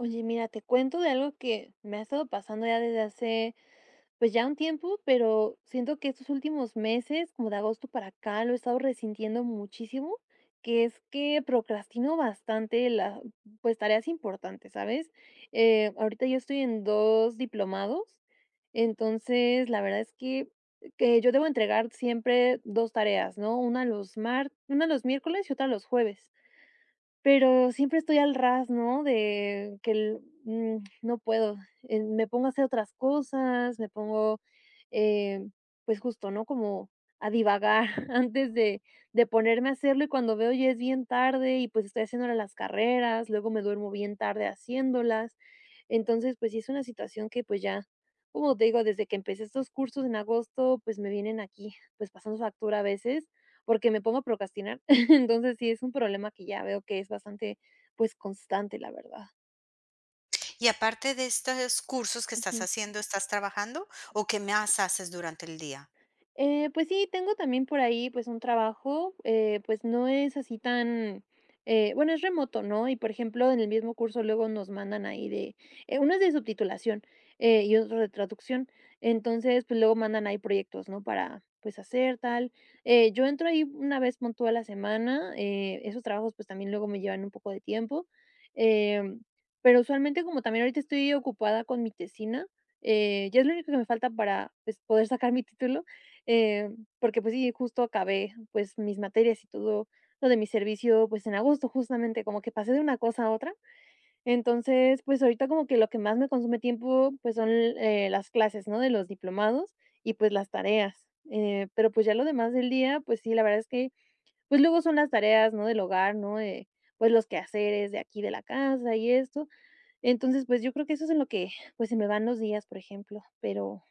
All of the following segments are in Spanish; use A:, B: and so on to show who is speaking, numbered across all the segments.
A: Oye, mira, te cuento de algo que me ha estado pasando ya desde hace, pues ya un tiempo, pero siento que estos últimos meses, como de agosto para acá, lo he estado resintiendo muchísimo, que es que procrastino bastante las, pues tareas importantes, ¿sabes? Ahorita yo estoy en dos diplomados, entonces la verdad es que, yo debo entregar siempre dos tareas, ¿no? Una los miércoles y otra los jueves. Pero siempre estoy al ras, ¿no? De que el no puedo, me pongo a hacer otras cosas, me pongo, eh, pues justo, ¿no? Como a divagar antes de ponerme a hacerlo, y cuando veo ya es bien tarde, y pues estoy haciéndole las carreras, luego me duermo bien tarde haciéndolas. Entonces, pues sí es una situación que, pues ya, como te digo, desde que empecé estos cursos en agosto, pues me vienen aquí, pues pasando factura a veces, porque me pongo a procrastinar. Entonces sí, es un problema que ya veo que es bastante, pues, constante, la verdad.
B: Y aparte de estos cursos que estás
A: Ujú.
B: haciendo, ¿estás trabajando o qué más haces durante el día?
A: Pues sí, tengo también por ahí, pues, un trabajo, pues, no es así tan, bueno, es remoto, ¿no? Y, por ejemplo, en el mismo curso luego nos mandan ahí de, uno es de subtitulación, y otro de traducción. Entonces, pues, luego mandan ahí proyectos, ¿no? Para, pues, hacer tal. Yo entro ahí una vez puntual a la semana, esos trabajos, pues, también luego me llevan un poco de tiempo. Em, pero usualmente, como también ahorita estoy ocupada con mi tesina, ya es lo único que me falta para, pues, poder sacar mi título. Eh, Porque, pues sí, justo acabé, pues, mis materias y todo lo de mi servicio, pues, en agosto, justamente, como que pasé de una cosa a otra. Entonces, pues, ahorita como que lo que más me consume tiempo, pues, son, las clases, ¿no?, de los diplomados y, pues, las tareas. Pero, pues, ya lo demás del día, pues sí, la verdad es que, pues, luego son las tareas, ¿no?, del hogar, ¿no?, pues, los quehaceres de aquí de la casa y esto, entonces, pues, yo creo que eso es en lo que, pues, se me van los días, por ejemplo, pero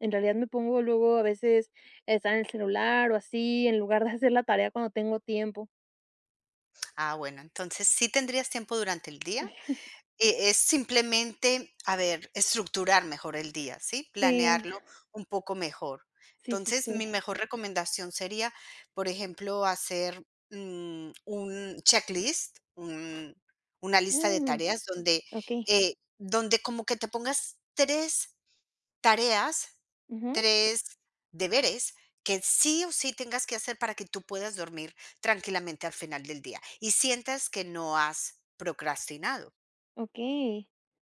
A: en realidad me pongo luego a veces a estar en el celular o así, en lugar de hacer la tarea cuando tengo tiempo.
B: Ah, bueno, entonces sí tendrías tiempo durante el día. Es simplemente, a ver, estructurar mejor el día, ¿sí?
A: Sí,
B: Planearlo un poco mejor.
A: sí, sí,
B: Entonces,
A: sí.
B: mi mejor recomendación sería, por ejemplo, hacer, un checklist, un una lista de
A: Mm,
B: tareas donde,
A: okey.
B: donde como que te pongas 3. Tareas,
A: Ujú.
B: 3 deberes que sí o sí tengas que hacer para que tú puedas dormir tranquilamente al final del día y sientas que no has procrastinado.
A: Okey.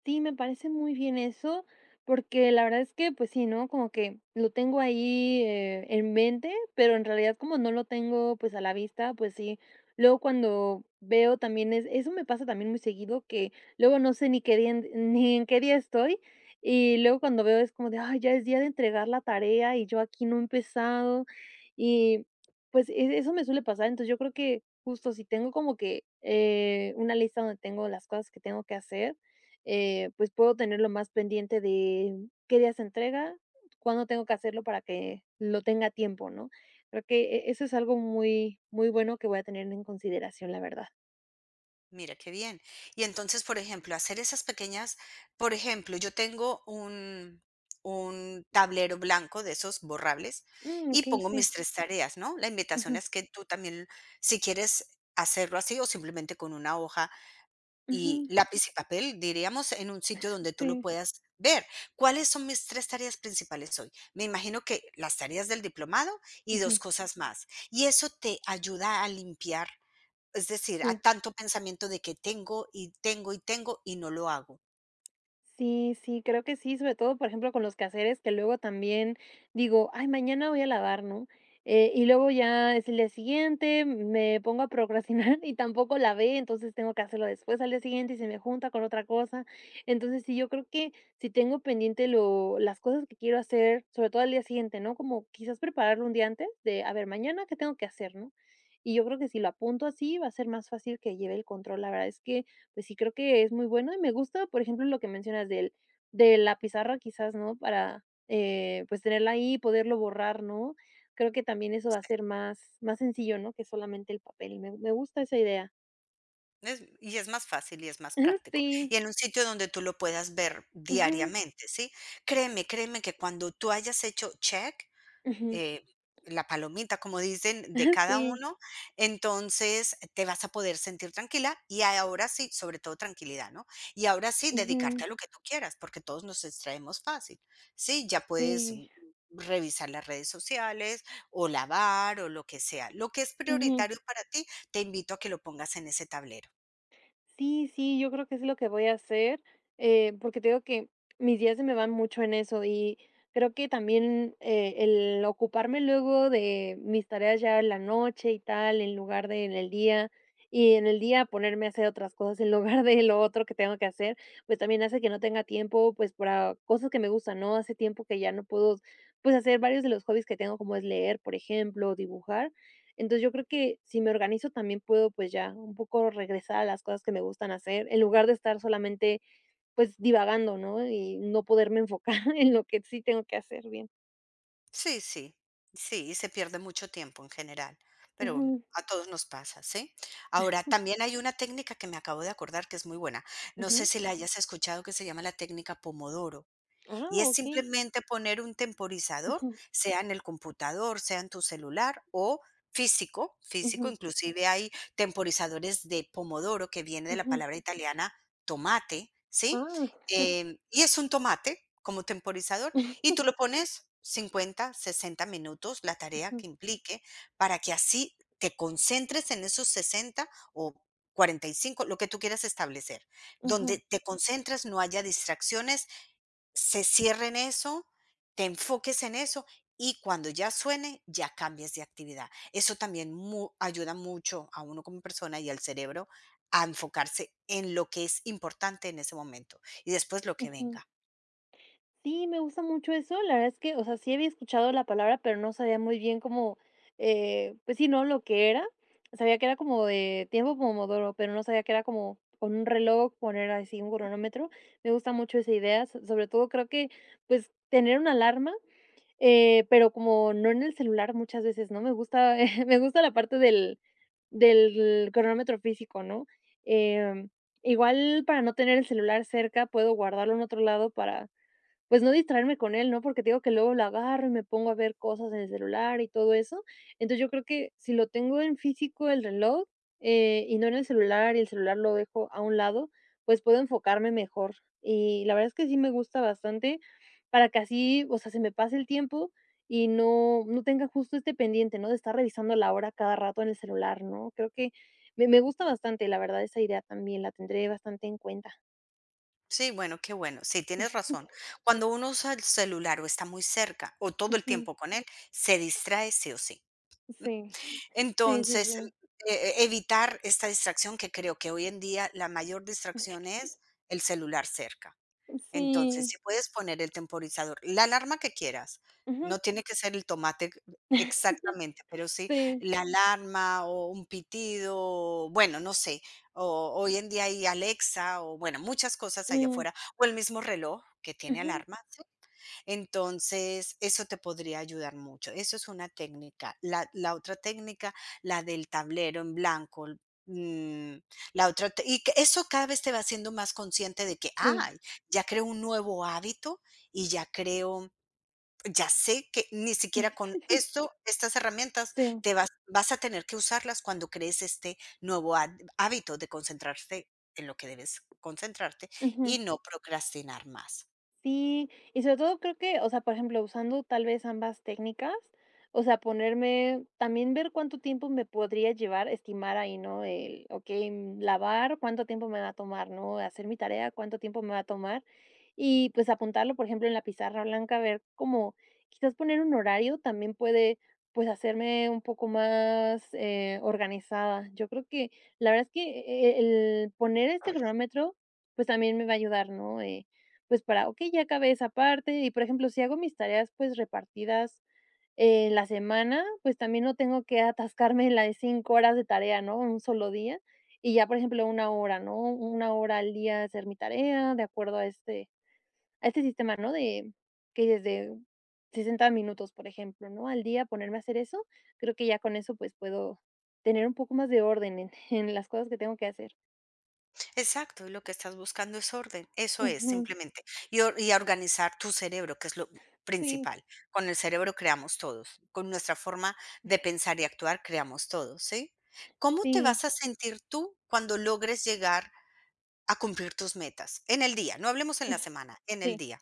A: Sí, me parece muy bien eso, porque la verdad es que, pues sí, ¿no? Como que lo tengo ahí, en mente, pero en realidad como no lo tengo, pues, a la vista, pues sí. Luego cuando veo también es eso me pasa también muy seguido, que luego no sé ni qué día en ni en qué día estoy, y luego cuando veo es como de: "Ay, ya es día de entregar la tarea y yo aquí no he empezado". Y, pues, eso me suele pasar, entonces yo creo que justo, si tengo como que, una lista donde tengo las cosas que tengo que hacer, pues, puedo tenerlo más pendiente de qué día se entrega, cuándo tengo que hacerlo para que lo tenga a tiempo, ¿no? Creo que eso es algo muy, muy bueno que voy a tener en consideración, la verdad.
B: Mira qué bien. Y entonces, por ejemplo, hacer esas pequeñas, por ejemplo, yo tengo un tablero blanco de esos borrables
A: Mm,
B: y
A: okey,
B: pongo
A: sí.
B: mis 3 tareas, ¿no? La invitación
A: Ujú,
B: es que tú también, si quieres hacerlo así o simplemente con una hoja y
A: ujú,
B: lápiz y papel, diríamos, en un sitio donde tú lo
A: sí,
B: puedas ver. ¿Cuáles son mis 3 tareas principales hoy? Me imagino que las tareas del diplomado y
A: ujú,
B: 2 cosas más. Y eso te ayuda a limpiar, es decir, a
A: sí.
B: tanto pensamiento de que tengo, y tengo, y tengo, y no lo hago.
A: Sí, sí, creo que sí, sobre todo, por ejemplo, con los quehaceres que luego también digo: "Ay, mañana voy a lavar", ¿no? Y luego ya es el día siguiente, me pongo a procrastinar y tampoco lavé, entonces tengo que hacerlo después al día siguiente y se me junta con otra cosa. Entonces, sí, yo creo que si tengo pendiente lo las cosas que quiero hacer, sobre todo al día siguiente, ¿no? Como quizás prepararlo un día antes de: "A ver, mañana, ¿qué tengo que hacer?", ¿no? Y yo creo que si lo apunto así, va a ser más fácil que lleve el control. La verdad es que pues sí, creo que es muy bueno y me gusta, por ejemplo, lo que mencionas del de la pizarra quizás, ¿no? Para, pues, tenerla ahí y poderlo borrar, ¿no? Creo que también eso va a ser más sencillo, ¿no? Que solamente el papel. Me gusta esa idea.
B: Es y es más fácil y es más práctico.
A: Sí.
B: Y en un sitio donde tú lo puedas ver
A: Ujú,
B: diariamente, ¿sí? Créeme, créeme que cuando tú hayas hecho check,
A: ujú.
B: eh, la palomita, como dicen, de cada
A: Sí.
B: uno, entonces te vas a poder sentir tranquila y ahora sí, sobre todo tranquilidad, ¿no? Y ahora sí, dedicarte
A: Ujú.
B: a lo que tú quieras, porque todos nos distraemos fácil, ¿sí? Ya puedes
A: Sí.
B: revisar las redes sociales o lavar o lo que sea. Lo que es
A: Ujú.
B: prioritario para ti, te invito a que lo pongas en ese tablero.
A: Sí, sí, yo creo que es lo que voy a hacer, porque te digo que mis días se me van mucho en eso y creo que también el ocuparme luego de mis tareas ya en la noche y tal, en lugar de en el día, y en el día ponerme a hacer otras cosas en lugar de lo otro que tengo que hacer, pues también hace que no tenga tiempo pues para cosas que me gustan, ¿no? Hace tiempo que ya no puedo pues hacer varios de los hobbies que tengo, como es leer, por ejemplo, dibujar. Entonces, yo creo que si me organizo también puedo, pues, ya un poco regresar a las cosas que me gustan hacer, en lugar de estar solamente, pues, divagando, ¿no? Y no poderme enfocar en lo que sí tengo que hacer bien.
B: Sí, sí, sí, y se pierde mucho tiempo en general, pero
A: Ujú,
B: a todos nos pasa, ¿sí? Ahora, también hay una técnica que me acabo de acordar que es muy buena. No sé
A: ujú.
B: si la hayas escuchado, que se llama la técnica Pomodoro.
A: Ah,
B: Y es
A: okey.
B: simplemente poner un temporizador,
A: Ujú,
B: sea en el computador, sea en tu celular o físico, físico,
A: ujú,
B: inclusive hay temporizadores de pomodoro, que viene de la
A: ujú.
B: palabra italiana tomate, ¿sí?
A: Ah.
B: Y es un tomate como temporizador, y tú lo pones 50 60 minutos, la tarea
A: Ujú,
B: que implique, para que así te concentres en esos 60 o 45, lo que tú quieras establecer,
A: ujú,
B: donde te concentras, no haya distracciones, se cierre en eso, te enfoques en eso y cuando ya suene, ya cambies de actividad. Eso también ayuda mucho a uno como persona y al cerebro a enfocarse en lo que es importante en ese momento y después lo que
A: ujú.
B: venga.
A: Sí, me gusta mucho eso. La verdad es que, o sea, sí había escuchado la palabra, pero no sabía muy bien cómo, pues sí, ¿no? Lo que era. Sabía que era como de tiempo pomodoro, pero no sabía que era como con un reloj, poner así un cronómetro. Me gusta mucho esa idea. Sobre todo creo que, pues, tener una alarma, pero como no en el celular muchas veces, ¿no? Me gusta, me gusta la parte del cronómetro físico, ¿no? Em, Igual para no tener el celular cerca, puedo guardarlo en otro lado para pues no distraerme con él, ¿no? Porque te digo que luego lo agarro y me pongo a ver cosas en el celular y todo eso. Entonces, yo creo que si lo tengo en físico el reloj, y no en el celular, y el celular lo dejo a un lado, pues puedo enfocarme mejor. Y la verdad es que sí me gusta bastante para que así, o sea, se me pase el tiempo y no tenga justo este pendiente, ¿no? De estar revisando la hora cada rato en el celular, ¿no? Creo que me gusta bastante, la verdad, esa idea también la tendré bastante en cuenta.
B: Sí, bueno, qué bueno. Sí, tienes razón. Cuando uno usa el celular o está muy cerca o todo el
A: Ujú.
B: tiempo con él, se distrae sí o sí.
A: Sí. Sí, sí,
B: Entonces,
A: sí.
B: e- evitar esta distracción, que creo que hoy en día la mayor distracción es el celular cerca. Entonces,
A: Sí,
B: si puedes poner el temporizador, la alarma que quieras,
A: ujú.
B: no tiene que ser el tomate exactamente, pero sí
A: Sí,
B: la alarma o un pitido, bueno, no sé, o hoy en día hay Alexa o, bueno, muchas cosas allá
A: mm,
B: afuera, o el mismo reloj que tiene
A: ujú,
B: alarma, entonces, eso te podría ayudar mucho. Eso es una técnica. La otra técnica, la del tablero en blanco. mm, la otra, y que eso cada vez te va haciendo más consciente de que,
A: sí,
B: ay, ya creo un nuevo hábito y ya creo, ya sé que ni siquiera con esto, estas herramientas,
A: sí,
B: vas a tener que usarlas cuando crees este nuevo hábito de concentrarse en lo que debes concentrarte
A: ujú.
B: y no procrastinar más.
A: Sí, y sobre todo creo que, o sea, por ejemplo, usando tal vez ambas técnicas, o sea, ponerme, también ver cuánto tiempo me podría llevar, estimar ahí, ¿no? El, ok, lavar, cuánto tiempo me va a tomar, ¿no? Hacer mi tarea, cuánto tiempo me va a tomar. Y pues apuntarlo, por ejemplo, en la pizarra blanca, ver cómo quizás poner un horario también puede, pues, hacerme un poco más organizada. Yo creo que la verdad es que el poner este cronómetro, pues también me va a ayudar, ¿no? Pues para, okey, ya acabé esa parte y, por ejemplo, si hago mis tareas, pues, repartidas en la semana, pues, también no tengo que atascarme en la de 5 horas de tarea, ¿no?, un solo día, y ya, por ejemplo, una hora, ¿no?, una hora al día hacer mi tarea de acuerdo a este sistema, ¿no?, de que desde 60 minutos, por ejemplo, ¿no?, al día ponerme a hacer eso, creo que ya con eso, pues, puedo tener un poco más de orden en en las cosas que tengo que hacer.
B: Exacto, y lo que estás buscando es orden, eso es
A: Ujú.
B: simplemente, y a organizar tu cerebro, que es lo
A: Sí,
B: principal. Con el cerebro creamos todos, con nuestra forma de pensar y actuar creamos todos, ¿sí? ¿Cómo te
A: sí,
B: vas a sentir tú cuando logres llegar a cumplir tus metas? En el día, no hablemos en la semana, en el
A: sí.
B: día.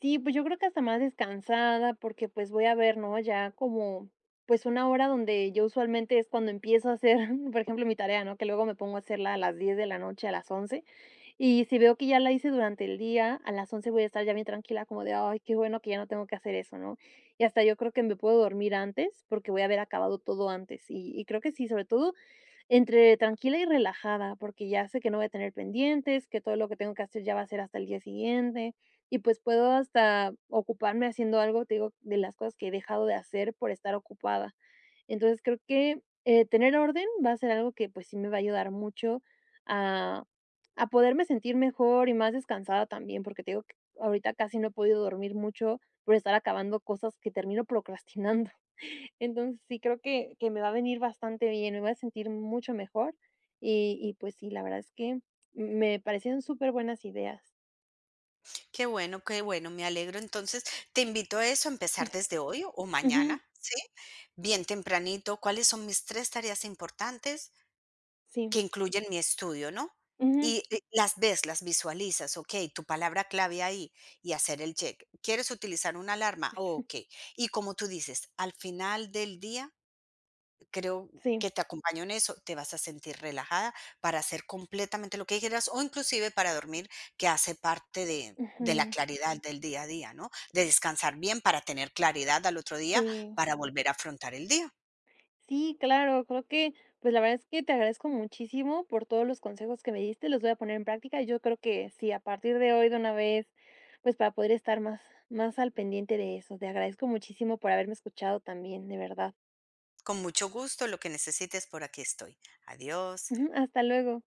A: Sí, pues yo creo que hasta más descansada, porque pues voy a ver, ¿no? Ya como, pues una hora donde yo usualmente es cuando empiezo a hacer, por ejemplo, mi tarea, ¿no? Que luego me pongo a hacerla a las 10 de la noche, a las 11. Y si veo que ya la hice durante el día, a las 11 voy a estar ya bien tranquila, como de, ay, qué bueno que ya no tengo que hacer eso, ¿no? Y hasta yo creo que me puedo dormir antes porque voy a haber acabado todo antes. Y creo que sí, sobre todo entre tranquila y relajada, porque ya sé que no voy a tener pendientes, que todo lo que tengo que hacer ya va a ser hasta el día siguiente y pues puedo hasta ocuparme haciendo algo, te digo, de las cosas que he dejado de hacer por estar ocupada. Entonces creo que tener orden va a ser algo que pues sí me va a ayudar mucho a, poderme sentir mejor y más descansada también, porque te digo que ahorita casi no he podido dormir mucho por estar acabando cosas que termino procrastinando. Entonces, sí creo que me va a venir bastante bien, me voy a sentir mucho mejor y, pues sí, la verdad es que me parecieron súper buenas ideas.
B: Qué bueno, me alegro. Entonces, te invito a eso, a empezar desde hoy o
A: Ujú,
B: mañana, ¿sí? Bien tempranito, ¿cuáles son mis 3 tareas importantes?
A: sí,
B: Que incluyen mi estudio, ¿no?
A: ujú,
B: Y las ves, las visualizas, okey, tu palabra clave ahí y hacer el check. ¿Quieres utilizar una alarma? Okey. Y como tú dices, al final del día, creo que
A: sí,
B: te acompaño en eso, te vas a sentir relajada para hacer completamente lo que quieras o inclusive para dormir, que hace parte de la
A: ujú,
B: claridad del día a día, ¿no? De descansar bien para tener claridad al otro día,
A: sí.
B: para volver a afrontar el día.
A: Sí, claro, creo que, pues, la verdad es que te agradezco muchísimo por todos los consejos que me diste, los voy a poner en práctica. Yo creo que sí, a partir de hoy de una vez, pues, para poder estar más al pendiente de eso. Te agradezco muchísimo por haberme escuchado también, de verdad.
B: Con mucho gusto, lo que necesites, por aquí estoy. Adiós.
A: Ujú, hasta luego.